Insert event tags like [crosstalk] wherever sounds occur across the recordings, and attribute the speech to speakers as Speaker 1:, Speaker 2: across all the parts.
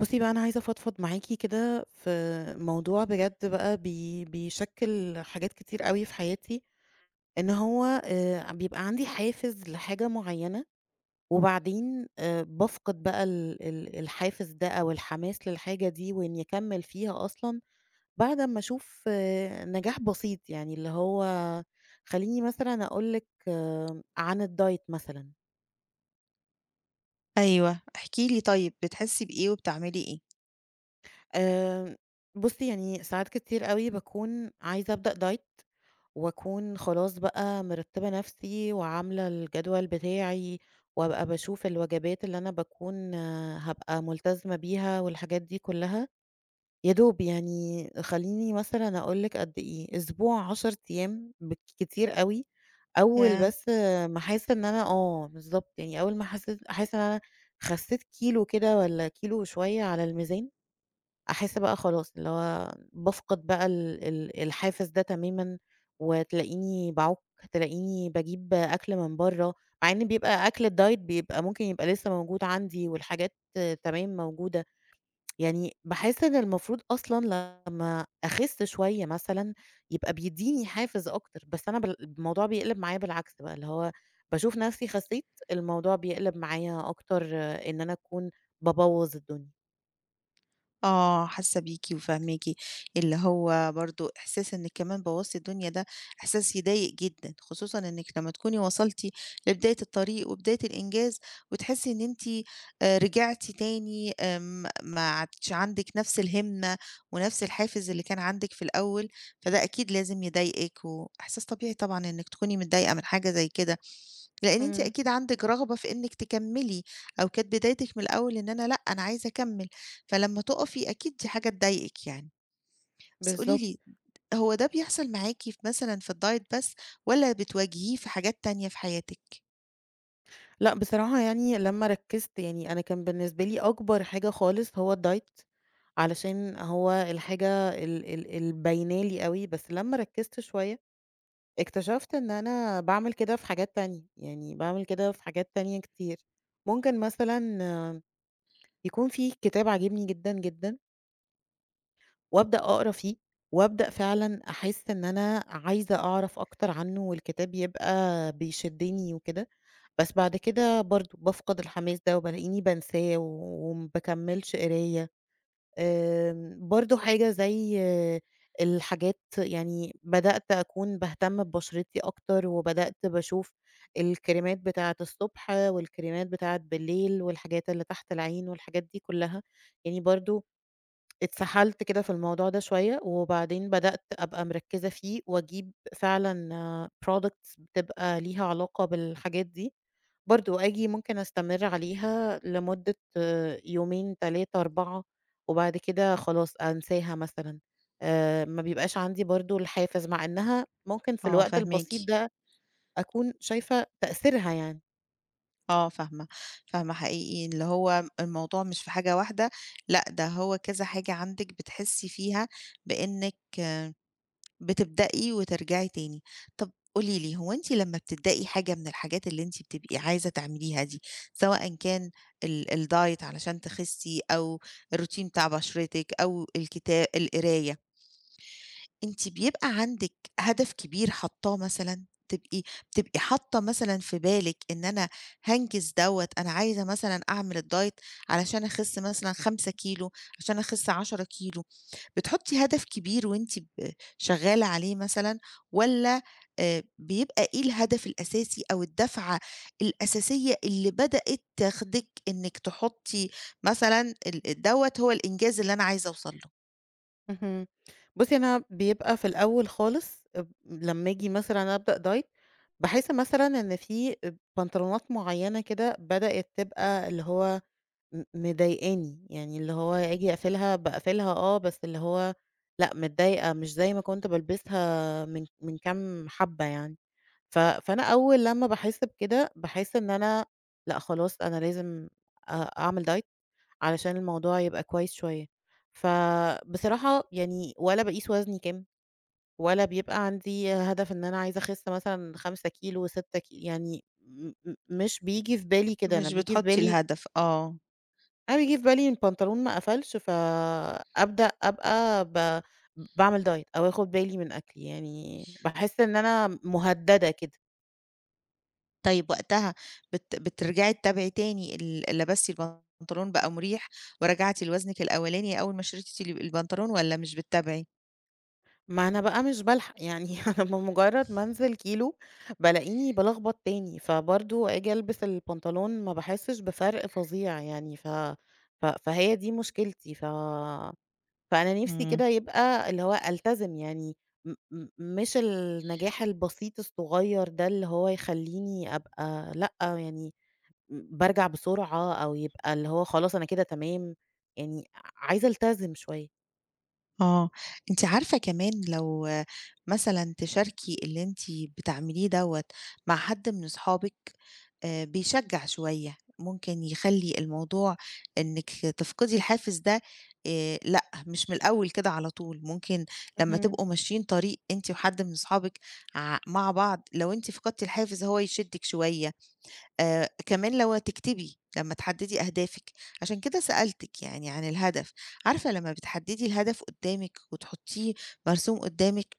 Speaker 1: بُصّي بقى أنا عايزة أفضفض معاكِ كده في موضوع بجد بقى بيشكِّل حاجات كتير أوي في حياتي، إن هو بيبقى عندي حافز لحاجة معيّنة، وبعدين بافقد بقى ال ال الحافز ده أو الحماس للحاجة دي وإني أكمّل فيها أصلًا بعد أمّا أشوف نجاح بسيط، يعني اللي هو خلّيني مثلًا أقول لِك عن الdiet مثلًا.
Speaker 2: أيوه، احكِ لي طيب بتحسّي بإيه وبتعملي إيه؟
Speaker 1: آآ بُصّي يعني ساعات كتير أوي باكون عايزة أبدأ diet وأكون خلاص بقى مرتبة نفسي وعاملة الجدول بتاعي، وأبقى باشوف الوجبات اللي أنا باكون هابقى ملتزمة بيها والحاجات دي كلها، يا دوب يعني خلّيني مثلًا أقول لِك قد إيه، أسبوع 10 أيام بالكتير أوي، أول
Speaker 2: ياه!
Speaker 1: بس ما أحس إن أنا بالضبط، يعني أول ما حسيت أحس إن أنا خسيت كيلو كده والّا كيلو وشوية على الميزان أحس بقى خلاص اللي هو بافقد بقى ال ال الحافز ده تمامًا، وتلاقيني باعُك، تلاقيني باجيب أكل من برّه، مع إن بيبقى أكل الدايت بيبقى ممكن يبقى لسه موجود عندي والحاجات تمام موجودة، يعني باحس إن المفروض أصلًا لمّا أخس شوية مثلًا يبقى بيدّيني حافز أكتر، بس أنا بال الموضوع بيقلب معايا بالعكس بقى، اللي هو باشوف نفسي خسيت، الموضوع بيقلب معايا أكتر إن أنا أكون بابوّظ الدنيا.
Speaker 2: آه، حاسّة بيكِ وفاهماكِ، اللي هو برضه إحساس إنِّك كمان بوّظتِ الدنيا ده إحساس يضايق جدًا، خصوصًا إنِّك لمّا تكوني وصلتِ لبداية الطريق وبداية الإنجاز وتحسّي إن أنتِ رجعتِ تاني، ما عادش عندِك نَفْس الهِمّة ونَفْس الحافز اللي كان عندِك في الأول، فده أكيد لازم يضايقِك وإحساس طبيعي طبعًا إنِّك تكوني متضايقة من حاجة زي كده. لإن أنتِ
Speaker 1: إمم،
Speaker 2: أكيد عندِك رغبة في إنِّك تكمّلي، أو كانت بدايتِك من الأول إن أنا لأ، أنا عايزة أكمّل، فلمّا تُقفي أكيد دي حاجة تضايقِك يعني. بس قولي
Speaker 1: بالضبط.
Speaker 2: لي، هو ده بيحصل معاكِ في مثلًا في الdiet بس، والّا بتواجهيه في حاجات تانية في حياتِك؟
Speaker 1: لأ، بصراحة يعني لمّا ركّزت يعني أنا كان بالنسبة لي أكبر حاجة خالص هو الdiet علشان هو الحاجة ال ال اللي باينة لي أوي، بس لمّا ركّزت شوية اكتشفت إن أنا باعمل كده في حاجات تانية، يعني باعمل كده في حاجات تانية كتير. ممكن مثلًا يكون في كتاب عاجبني جدًا، جدًا وأبدأ أقرا فيه، وأبدأ فعلًا أحس إن أنا عايزة أعرف أكتر عنه والكتاب يبقى بيشدني وكده، بس بعد كده برضه بافقد الحماس ده وبالاقيني بانساه وما باكمّلش قراية. برضه حاجة زي الحاجات يعني بدأت أكون باهتم ببشرتي أكتر وبدأت باشوف الكريمات بتاعة الصبح والكريمات بتاعة بالليل والحاجات اللي تحت العين والحاجات دي كلّها، يعني برضه اتسحلت كده في الموضوع ده شوية، وبعدين بدأت أبقى مركّزة فيه وأجيب فعلًا products بتبقى ليها علاقة بالحاجات دي، برضه آجي ممكن أستمر عليها لمدة يومين، 3، 4 وبعد كده خلاص أنساها مثلًا. ما بيبقاش عندي برضه الحافز، مع إنها ممكن في
Speaker 2: آه،
Speaker 1: الوقت البسيط
Speaker 2: فاهماكِ،
Speaker 1: ده أكون شايفة تأثيرها يعني.
Speaker 2: آه فاهمة، فاهمة حقيقي اللي هو الموضوع مش في حاجة واحدة، لأ ده هو كذا حاجة عندِك بتحسّي فيها بإنِّك بتبدئي وترجعي تاني. طب قولي لي، هو أنتِ لمّا بتبدئي حاجة من الحاجات اللي أنتِ بتبقي عايزة تعمليها دي، سواء كان ال الdiet علشان تخسّي أو الroutine بتاع بشرتِك أو القراية، أنتِ بيبقى عندِك هدف كبير حاطاه مثلًا؟ بتبقي حاطة مثلًا في بالِك إن أنا هانجز دوّة، أنا عايزة مثلًا أعمل الdiet علشان أخس مثلًا 5 كيلو، عشان أخس 10 كيلو. بتحطّي هدف كبير وأنتِ ب شغّالة عليه مثلًا والّا بيبقى إيه الهدف الأساسي أو الدفعة الأساسية اللي بدأت تاخدِك إنِّك تحطّي مثلًا دوّة هو الإنجاز اللي أنا عايزة أوصل له،
Speaker 1: اهم. بُصّي، أنا بيبقى في الأول خالص لمّا آجي مثلًا أبدأ diet باحس مثلًا إن في بنطلونات معيّنة كده بدأت تبقى اللي هو مضايقاني، يعني اللي هو آجي أقفلها باقفلها بس اللي هو لأ، متضايقة مش زي ما كنت بالبسها من كام حبّة يعني. فأنا أول لمّا باحس بكده باحس إن أنا لأ، خلاص أنا لازم أ أعمل diet علشان الموضوع يبقى كويس شوية. فبصراحة يعني ولا باقيس وزني كام، ولا بيبقى عندي هدف إن أنا عايزة أخس مثلًا 5 كيلو، 6 كي يعني م م مش بييجي في بالي كده،
Speaker 2: مش بتحطّي الهدف آه.
Speaker 1: أنا بييجي في بالي إن البنطلون ما قفلش، فأبدأ أبقى باعمل diet أو آخد بالي من أكلي، يعني باحس إن أنا مهددة كده.
Speaker 2: طيب وقتها بترجعي تتابعي تاني لبستِ البنطلون بقى مُريح ورجعتِ لوزنِك الأولاني أول ما شريتِ البنطلون والّا مش بتتابعي؟
Speaker 1: ما أنا بقى مش بالحق، يعني [laughs] أنا بمجرد ما أنزل كيلو بالاقيني بالخبط تاني، فبرضه آجي ألبس البنطلون ما باحسش بفرق فظيع يعني. ف ف فهي دي مشكلتي. فأنا نفسي
Speaker 2: إمم.
Speaker 1: كده يبقى اللي هو ألتزم يعني، م م مش النجاح البسيط الصغير ده اللي هو يخليني أبقى لأ، يعني بارجع بسرعة أو يبقى اللي هو خلاص أنا كده تمام، يعني عايزة ألتزم شوية.
Speaker 2: آه، أنتِ عارفة كمان لو آه، مثلًا تشاركي اللي أنتِ بتعمليه دوّة مع حد من أصحابِك، بيشجّع شوية، ممكن يخلّي الموضوع إنِّك تفقدي الحافز ده، لأ، مش من الأول كده على طول، ممكن لمّا
Speaker 1: اهم،
Speaker 2: تبقوا ماشيين طريق أنتِ وحد من أصحابِك مع بعض، لو أنتِ فقدتِ الحافز هو يشدِّك شوية. كمان لو هتكتبي، لمّا تحدّدي أهدافِك، عشان كده سألتِك يعني عن الهدف، عارفة لمّا بتحدّدي الهدف قدّامِك وتحطّيه مرسوم قدّامِك،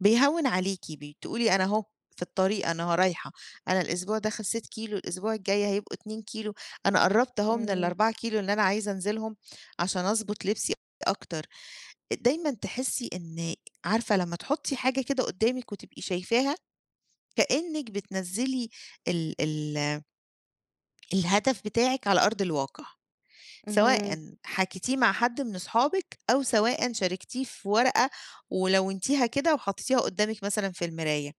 Speaker 2: بيهوّن عليكِ، بتقولي أنا أهو في الطريق، أنا رايحة، أنا الأسبوع ده خسّيت كيلو، الأسبوع الجاي هيبقوا 2 كيلو، أنا قرّبت أهو من
Speaker 1: إمم،
Speaker 2: ال4 كيلو اللي أنا عايزة أنزلهم عشان أضبط لبسي أكتر. دايمًا تحسّي إن عارفة لمّا تحطّي حاجة كده قدّامِك وتبقي شايفاها، كإنِّك بتنزّلي ال ال الهدف بتاعِك على أرض الواقع،
Speaker 1: اهم.
Speaker 2: سواءً حكيتيه مع حد من أصحابِك أو سواءً شاركتيه في ورقة ولوّنتيها كده وحطيتيها قدّامِك مثلًا في المراية،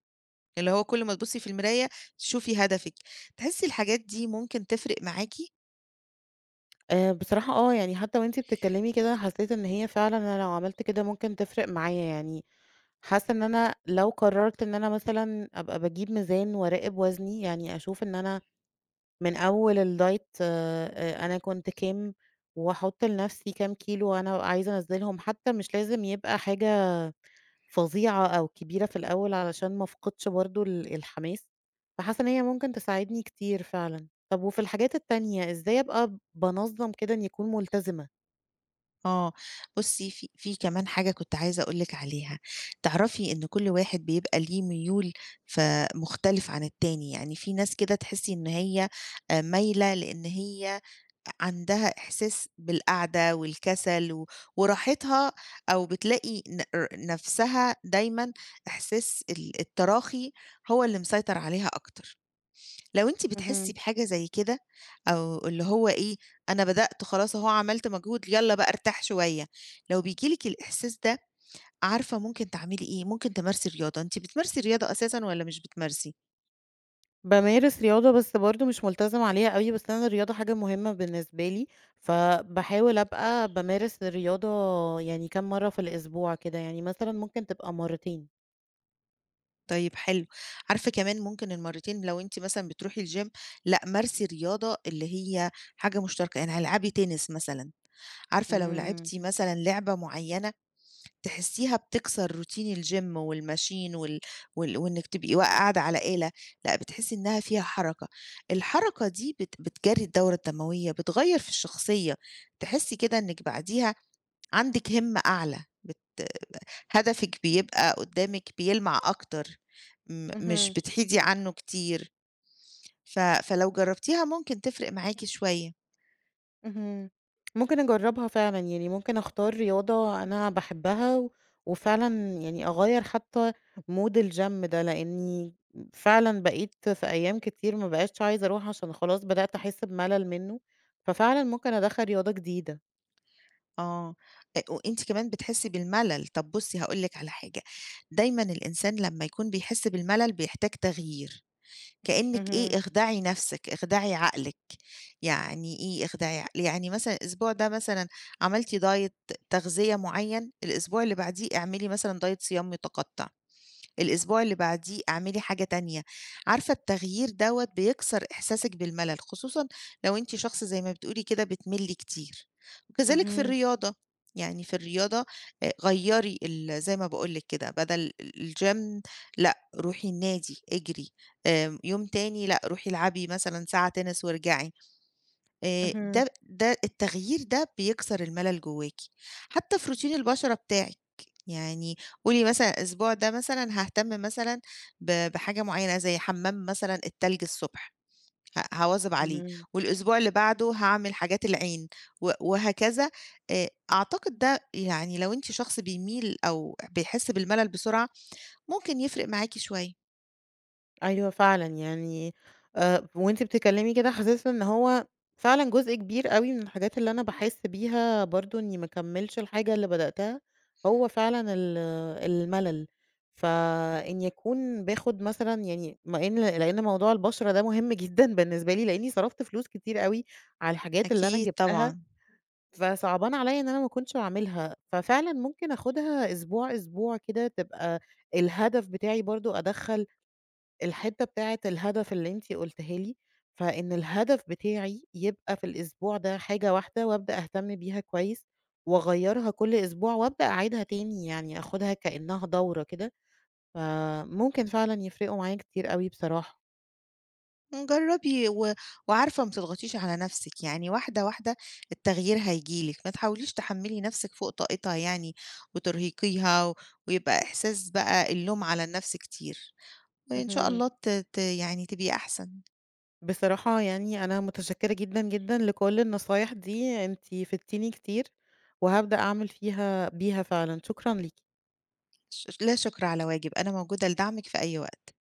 Speaker 2: اللي هو كل ما تبُصّي في المراية تشوفي هدفِك، تحسّي الحاجات دي ممكن تفرق معاكِ؟
Speaker 1: بصراحة يعني حتى وأنتِ بتتكلمي كده حسيت إن هي فعلًا أنا لو عملت كده ممكن تفرق معايا، يعني حاسة إن أنا لو قررت إن أنا مثلًا أبقى باجيب ميزان وأراقب وزني، يعني أشوف إن أنا من أول الdiet أنا كنت كام، وأحط لنفسي كام كيلو أنا عايزة أنزّلهم، حتى مش لازم يبقى حاجة فظيعة أو كبيرة في الأول علشان ما أفقدش برضه الحماس، فحاسة إن هي ممكن تساعدني كتير فعلًا. طب وفي الحاجات التانية إزاي أبقى بانظّم كده إني أكون ملتزمة؟
Speaker 2: آه، بُصّي في في كمان حاجة كنت عايزة أقول لِك عليها، تعرفي إن كل واحد بيبقى ليه ميول ف مختلف عن التاني، يعني في ناس كده تحسّي إن هي مايلة لإن هي عندها إحساس بالقعدة والكسل وراحتها، أو بتلاقي ن ر نَفْسها دايمًا إحساس التراخي هو اللي مسيطر عليها أكتر. لو أنتِ بتحسّي
Speaker 1: اهم.
Speaker 2: بحاجة زي كده أو اللي هو إيه، أنا بدأت خلاص أهو عملت مجهود يالّا بقى ارتاح شوية، لو بييجي لِك الإحساس ده، عارفة ممكن تعملي إيه، ممكن تمارسي رياضة، أنتِ بتمارسي رياضة أساسًا والّا مش بتمارسي؟
Speaker 1: بامارس رياضة بس برضه مش ملتزمة عليها أوي، بس أنا الرياضة حاجة مهمة بالنسبة لي، فباحاول أبقى بامارس الرياضة يعني كام مرّة في الأسبوع كده، يعني مثلًا ممكن تبقى مرّتين.
Speaker 2: طيب حلو. عارفة كمان ممكن المرّتين لو أنتِ مثلًا بتروحي الgym، لأ، مارسي رياضة اللي هي حاجة مشتركة، يعني العبي تنس مثلًا، عارفة لو
Speaker 1: إمم.
Speaker 2: لعبتِ مثلًا لعبة معيّنة تحسّيها بتكسر روتين الgym والماشين وال وال وإنِّك تبقي قاعدة على آلة، لأ بتحسّي إنها فيها حركة. الحركة دي بتجرّي الدورة الدموية، بتغيّر في الشخصية، تحسّي كده إنِّك بعديها عندِك همة أعلى، هدفِك بيبقى قدّامِك بيلمع أكتر، مش
Speaker 1: اهم،
Speaker 2: بتحيدي عنّه كتير، فلو جرّبتيها ممكن تفرق معاكِ شوية.
Speaker 1: اهم. ممكن أجرّبها فعلًا، يعني ممكن أختار رياضة أنا باحبها وفعلًا يعني أغيّر حتى mood الgym ده، لإني فعلًا بقيت في أيام كتير ما بقيتش عايزة أروح عشان خلاص بدأت أحس بملل منّه، ففعلًا ممكن أدخّل رياضة جديدة.
Speaker 2: آه، وأنتِ كمان بتحسّي بالملل، طَب بُصّي هاقول لِك على حاجة، دايمًا الإنسان لمّا يكون بيحس بالملل بيحتاج تغيير، كإنِّك
Speaker 1: اهم،
Speaker 2: إيه اخدعي نَفْسِك، اخدعي عقلِك، يعني إيه اخدعي عقلي؟ يعني مثلًا الأسبوع ده مثلًا عملتِ diet تغذية معيّن، الأسبوع اللي بعديه اعملي مثلًا diet صيام متقطّع. الأسبوع اللي بعديه اعملي حاجة تانية، عارفة التغيير دوّة بيكسر إحساسِك بالملل، خصوصًا لو أنتِ شخص زي ما بتقولي كده بتملّي كتير، وكذلك في
Speaker 1: اهم،
Speaker 2: الرياضة، يعني في الرياضة غيّري زي ما باقول لِك كده بدل الgym، لأ، روحي النادي، اجري، آمم، يوم تاني لأ، روحي العبي مثلًا ساعة تنس وارجعي. آآ
Speaker 1: اهم،
Speaker 2: ده ده التغيير ده بيكسر الملل جواكِ، حتى في روتين البشرة بتاعِك، يعني قولي مثلًا الأسبوع ده مثلًا هاهتم مثلًا بحاجة معيّنة زي حمام مثلًا التلج الصبح، هاواظب عليه،
Speaker 1: إمم،
Speaker 2: والأسبوع اللي بعده هاعمل حاجات العين وهكذا، أعتقد ده يعني لو أنتِ شخص بيميل أو بيحس بالملل بسرعة، ممكن يفرق معاكِ شوية.
Speaker 1: أيوه فعلًا يعني وأنتِ بتتكلمي كده حسيت إن هو فعلًا جزء كبير أوي من الحاجات اللي أنا باحس بيها برضه إني ما اكمّلش الحاجة اللي بدأتها، هو فعلًا الملل، فإني أكون باخد مثلًا يعني ما إن لإن موضوع البشرة ده مهم [laughs] جدًا بالنسبة لي، لإني صرفت فلوس كتير أوي على الحاجات اللي أنا
Speaker 2: أكيد
Speaker 1: جِبتها
Speaker 2: طبعًا.
Speaker 1: فصعبان عليّا إن أنا ما كنتش باعملها، ففعلًا ممكن آخُدها أسبوع، أسبوع كده تبقى الهدف بتاعي برضه أدخّل الحتّة بتاعة الهدف اللي أنتِ قُلتيها لي، فإن الهدف بتاعي يبقى في الأسبوع ده حاجة واحدة وأبدأ أهتم بيها كويس وأغيّرها كل أسبوع وأبدأ أعيدها تاني، يعني آخُدها كإنّها دورة كده، فممكن فعلًا يفرقوا معايا كتير أوي بصراحة.
Speaker 2: جرّبي و وعارفة ما تضغطيش على نَفْسِك، يعني واحدة، واحدة التغيير هييجي لِك، ما تحاوليش تحمّلي نَفْسِك فوق طاقتها يعني وترهقيها و ويبقى إحساس بقى اللوم على النَفْس كتير، وإن شاء
Speaker 1: اهم.
Speaker 2: الله ت ت يعني تبقي أحسن،
Speaker 1: بصراحة يعني أنا متشكرة جدًا، جدًا لكل النصايح دي، أنتِ فدتيني كتير، وهابدأ أعمل فيها بيها فعلًا، شكرًا ليكِ.
Speaker 2: لا شكر على واجب، أنا موجودة لدعمِك في أي وقت.